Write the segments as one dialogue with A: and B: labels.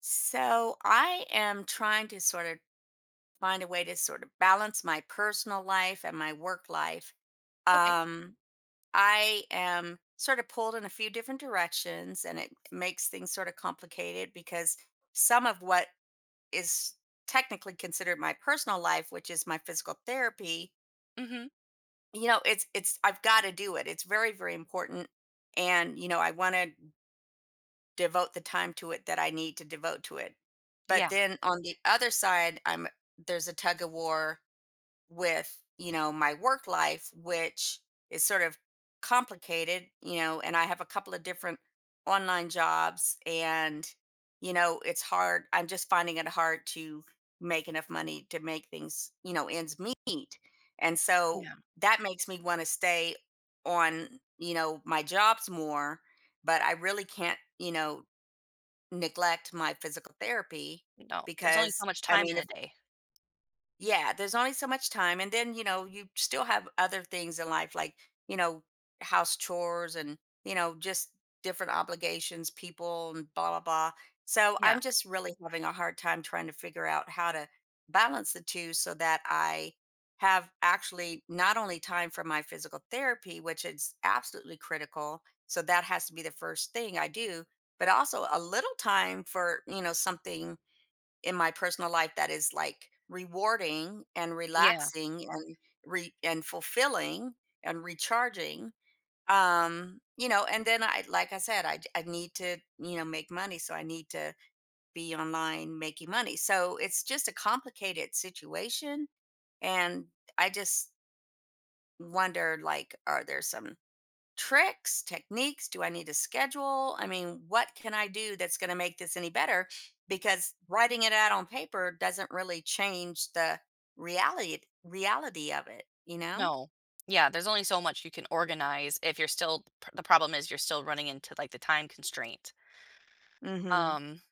A: So I am trying to sort of find a way to sort of balance my personal life and my work life.
B: Okay.
A: Um, I am sort of pulled in a few different directions, and it makes things sort of complicated because some of what is technically considered my personal life, which is my physical therapy,
B: Mhm.
A: you know, it's I've got to do it. It's very very important, and you know, I want to devote the time to it that I need to devote to it. But
B: Yeah,
A: then on the other side, I'm there's a tug of war with, you know, my work life, which is sort of complicated, you know, and I have a couple of different online jobs, and you know, it's hard. I'm just finding it hard to make enough money to make things, you know, ends meet. And so
B: yeah.
A: that makes me want to stay on, you know, my jobs more, but I really can't, you know, neglect my physical therapy
B: No, there's only so
A: because,
B: much
A: I
B: time in
A: mean,
B: a day.
A: yeah, there's only so much time. And then, you know, you still have other things in life, like, you know, house chores and, you know, just different obligations, people, and blah, blah, blah. So
B: Yeah.
A: I'm just really having a hard time trying to figure out how to balance the two so that I have actually not only time for my physical therapy, which is absolutely critical. So that has to be the first thing I do, but also a little time for, you know, something in my personal life that is like rewarding and
B: Yeah.
A: relaxing and and fulfilling and recharging. You know, and then I like I said I need to, you know, make money, so I need to be online making money, so it's just a complicated situation. And I just wonder, like, are there some tricks, techniques? Do I need to schedule? I mean, what can I do that's going to make this any better? Because writing it out on paper doesn't really change the reality of it, you know?
B: No. Yeah, there's only so much you can organize if you're still p the problem is you're still running into, the time constraint.
A: Hmm.
B: Um,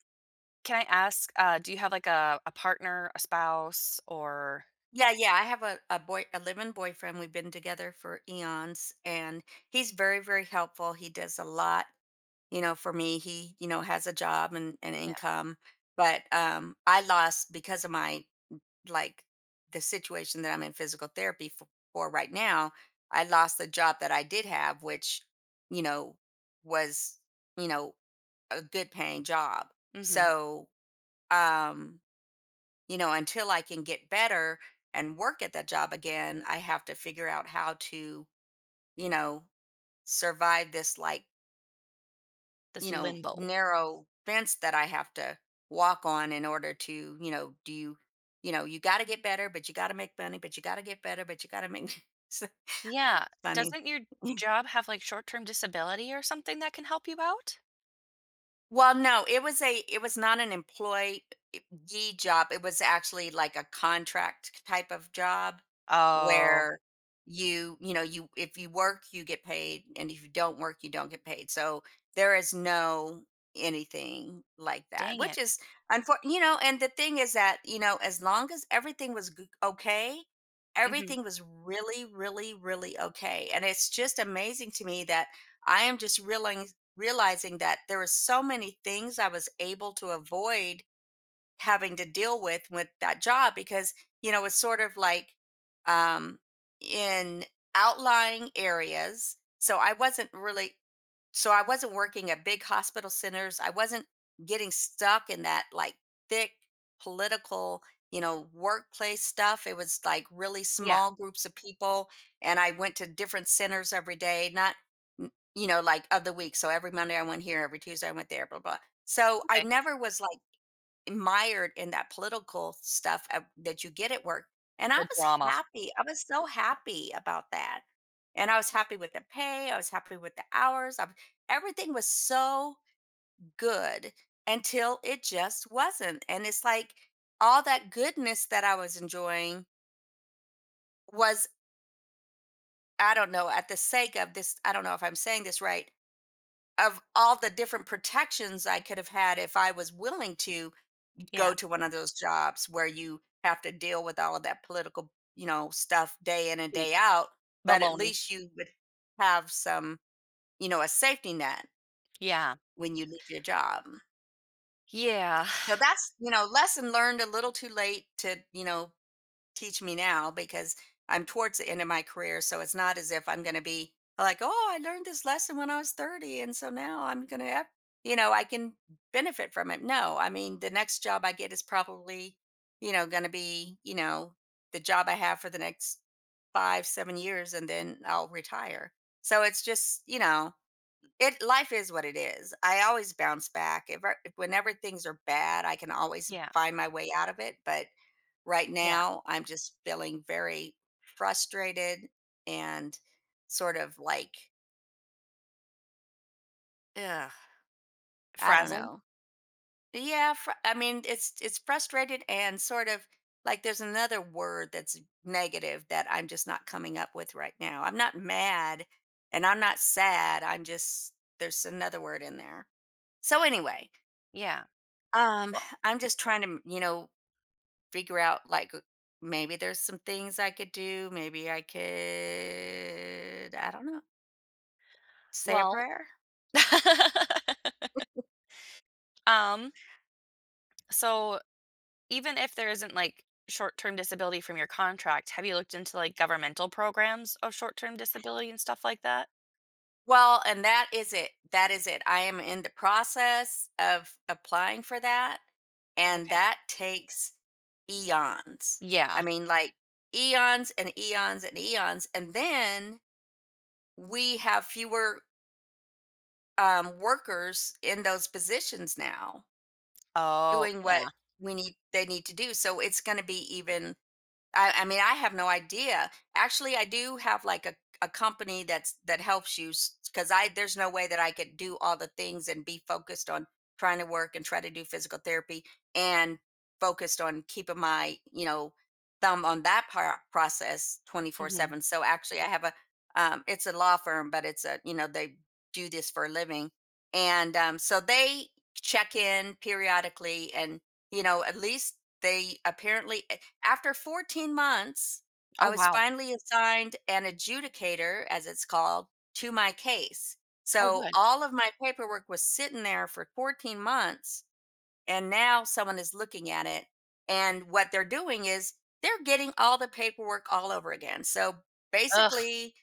B: can I ask, do you have, like, a partner, a spouse, or
A: Yeah, yeah, I have a live-in boyfriend. We've been together for eons, and he's very, very helpful. He does a lot, you know, for me. He, you know, has a job and
B: yeah.
A: income. But I lost, because of my, like, the situation that I'm in physical therapy for right now, I lost the job that I did have, which, you know, was, you know, a good paying job.
B: Mhm.
A: So, um, you know, until I can get better and work at that job again, I have to figure out how to, you know, survive this, like,
B: This
A: you know,
B: limbo.
A: narrow fence that I have to walk on in order to, you know, do you, you know, you got to get better, but you got to make money, but you got to get better, but you got to make. So
B: Yeah.
A: funny.
B: Doesn't your job have, like, short-term disability or something that can help you out?
A: Well, no, it was not an employee job. It was actually like a contract type of job
B: Oh,
A: where you know, you, if you work, you get paid, and if you don't work, you don't get paid. So there is no anything like that,
B: dang
A: which
B: it.
A: is unfortunate, you know. And the thing is that, you know, as long as everything was okay,
B: Mhm.
A: everything was really, really, really okay. And it's just amazing to me that I am just realizing that there were so many things I was able to avoid having to deal with that job, because you know it's sort of like um in outlying areas, so I wasn't working at big hospital centers, I wasn't getting stuck in that, like, thick political, you know, workplace stuff. It was like really
B: Yeah,
A: small groups of people, and I went to different centers every day, not you know, like of the week. So every monday I went here, every tuesday I went there, blah blah. So I
B: okay.
A: never was, like, mired in that political stuff at that you get at work, and I
B: The
A: was
B: drama.
A: happy, I was so happy about that, and I was happy with the pay, I was happy with the hours, I everything was so good, until it just wasn't. And it's like all that goodness that I was enjoying was, I don't know, at the sake of this, I don't know if I'm saying this right, of all the different protections I could have had if I was willing to
B: Yeah.
A: go to one of those jobs where you have to deal with all of that political, you know, stuff day in and
B: The
A: day out. But at
B: baloney.
A: least you would have some, you know, a safety net
B: Yeah.
A: when you leave your job.
B: Yeah.
A: So that's, you know, lesson learned a little too late to, you know, teach me now, because I'm towards the end of my career. So it's not as if I'm going to be like, oh, I learned this lesson when I was 30, and so now I'm going to have, you know, I can benefit from it. No, I mean, the next job I get is probably, you know, going to be, you know, the job I have for the next five, 7 years, and then I'll retire. So it's just, you know, it, life is what it is. I always bounce back. If whenever things are bad, I can always
B: Yeah.
A: find my way out of it. But right
B: Yeah.
A: now, I'm just feeling very frustrated and sort of like, yeah. I don't
B: Frazzled?
A: know. Yeah, I mean, it's frustrated and sort of like there's another word that's negative that I'm just not coming up with right now. I'm not mad, and I'm not sad. I'm just, there's another word in there. So anyway,
B: Yeah.
A: um
B: Well,
A: I'm just trying to, you know, figure out, like, maybe there's some things I could do. Maybe I could, I don't know, say a
B: well,
A: prayer.
B: um, so even if there isn't like short-term disability from your contract, have you looked into like governmental programs of short-term disability and stuff like that?
A: Well, and that is it. That is it. I am in the process of applying for that. And
B: Okay.
A: that takes eons.
B: Yeah.
A: I mean, like eons and eons and eons. And then we have fewer workers in those positions now
B: Oh,
A: doing what
B: yeah.
A: we need they need to do, so it's going to be even, I mean, I have no idea. Actually, I do have like a company that's that helps you, because I there's no way that I could do all the things and be focused on trying to work and try to do physical therapy and focused on keeping my, you know, thumb on that part process 24
B: Mhm.
A: 7 So actually I have a it's a law firm, but it's a, you know, they do this for a living. And so they check in periodically, and you know, at least they apparently after 14 months,
B: Oh,
A: I was
B: wow.
A: finally assigned an adjudicator, as it's called, to my case.
B: Oh,
A: So
B: good.
A: all of my paperwork was sitting there for 14 months, and now someone is looking at it. And what they're doing is they're getting all the paperwork all over again. So
B: Ugh.
A: basically,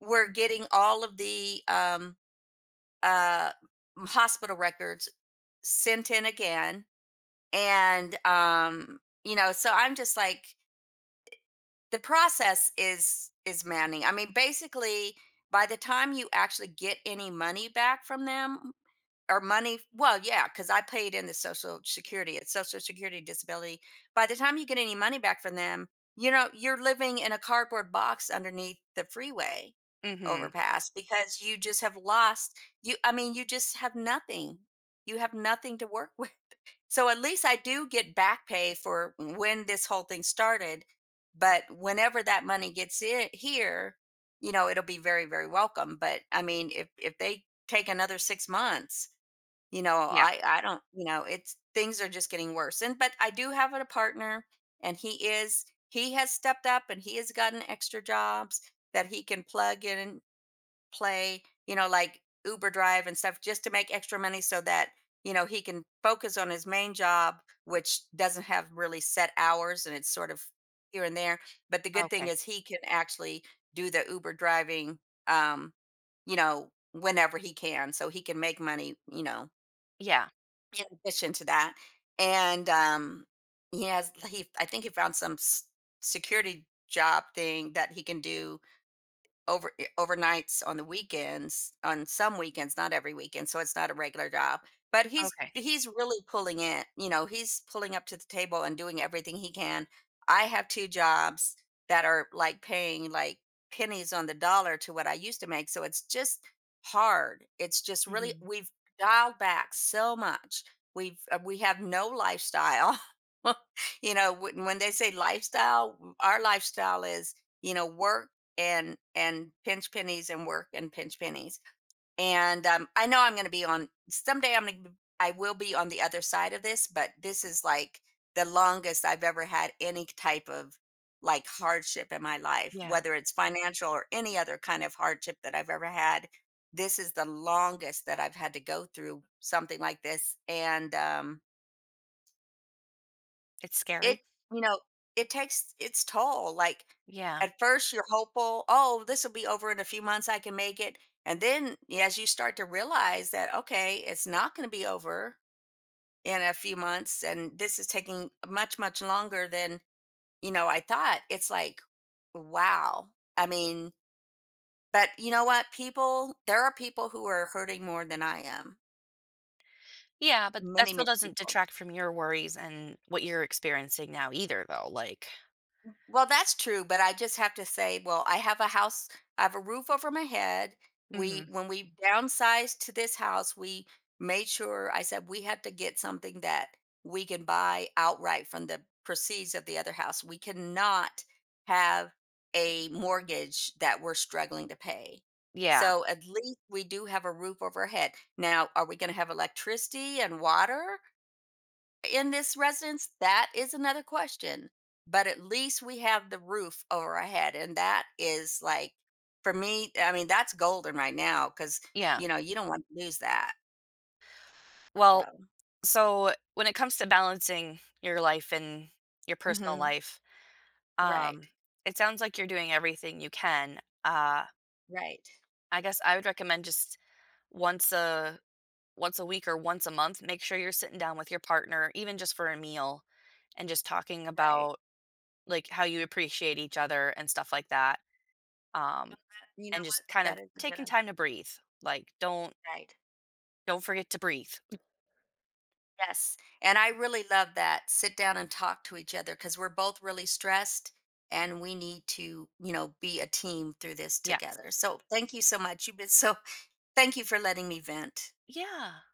A: we're getting all of the uh, hospital records sent in again. And, you know, so I'm just like, the process is maddening. I mean, basically, by the time you actually get any money back from them, or money, well, yeah, because I paid in the social security, it's social security disability. By the time you get any money back from them, you know, you're living in a cardboard box underneath the freeway
B: Mhm.
A: overpass, because you just have lost, you, I mean, you just have nothing. You have nothing to work with. So at least I do get back pay for when this whole thing started. But whenever that money gets in here, you know, it'll be very, very welcome. But I mean, if they take another 6 months, you know,
B: Yeah.
A: I don't, you know, it's, things are just getting worse. And but I do have a partner, and he has stepped up, and he has gotten extra jobs that he can plug in, play, you know, like Uber drive and stuff, just to make extra money so that, you know, he can focus on his main job, which doesn't have really set hours, and it's sort of here and there. But the good thing
B: Okay.
A: is he can actually do the Uber driving, um, you know, whenever he can. So he can make money, you know,
B: Yeah.
A: in addition to that. And I think he found some security job thing that he can do over overnights on the weekends, on some weekends, not every weekend, so it's not a regular job. But
B: Okay.
A: he's really pulling it, you know, he's pulling up to the table and doing everything he can. I have two jobs that are like paying like pennies on the dollar to what I used to make, so it's just hard. It's just really,
B: Mhm.
A: we've dialed back so much. We have no lifestyle. You know, when they say lifestyle, our lifestyle is, you know, work and pinch pennies and work and pinch pennies. And I know I'm going to be on someday. I'm going to I will be on the other side of this, but this is like the longest I've ever had any type of, like, hardship in my life,
B: Yeah.
A: whether it's financial or any other kind of hardship that I've ever had. This is the longest that I've had to go through something like this, and
B: It's scary.
A: it you know, it takes its toll, like,
B: Yeah.
A: at first you're hopeful, "Oh, this will be over in a few months, I can make it," and then yeah, as you start to realize that, "Okay, it's not gonna be over in a few months, and this is taking much, much longer than, you know, I thought," it's like, wow. I mean, but you know what? People There are people who are hurting more than I am.
B: Yeah, but that
A: Many,
B: still
A: many
B: doesn't
A: people.
B: detract from your worries and what you're experiencing now either though, like
A: Well, that's true, but I just have to say, well, I have a house, I have a roof over my head.
B: mhm.
A: We, when we downsized to this house, we made sure, I said, we have to get something that we can buy outright from the proceeds of the other house. We cannot have a mortgage that we're struggling to pay.
B: Yeah.
A: So at least we do have a roof over our head. Now, are we going to have electricity and water in this residence, that is another question. But at least we have the roof over our head. And that is like, for me, I mean, that's golden right now because,
B: Yeah.
A: you know, you don't want to lose that. So,
B: Well, so when it comes to balancing your life and your personal
A: hmm,
B: life,
A: right,
B: um, it sounds like you're doing everything you can.
A: right,
B: I guess I would recommend just once a once a week or once a month, make sure you're sitting down with your partner, even just for a meal, and just talking
A: right.
B: about, like, how you appreciate each other and stuff like that. Um
A: That- You
B: and
A: know what?
B: just kind of
A: That is a good
B: taking
A: idea.
B: time to breathe. Like,
A: Right.
B: don't forget to breathe.
A: Yes. And I really love that. Sit down and talk to each other, because we're both really stressed, and we need to, you know, be a team through this
B: Yes.
A: together. So thank you so much. You've been so, thank you for letting me vent.
B: Yeah.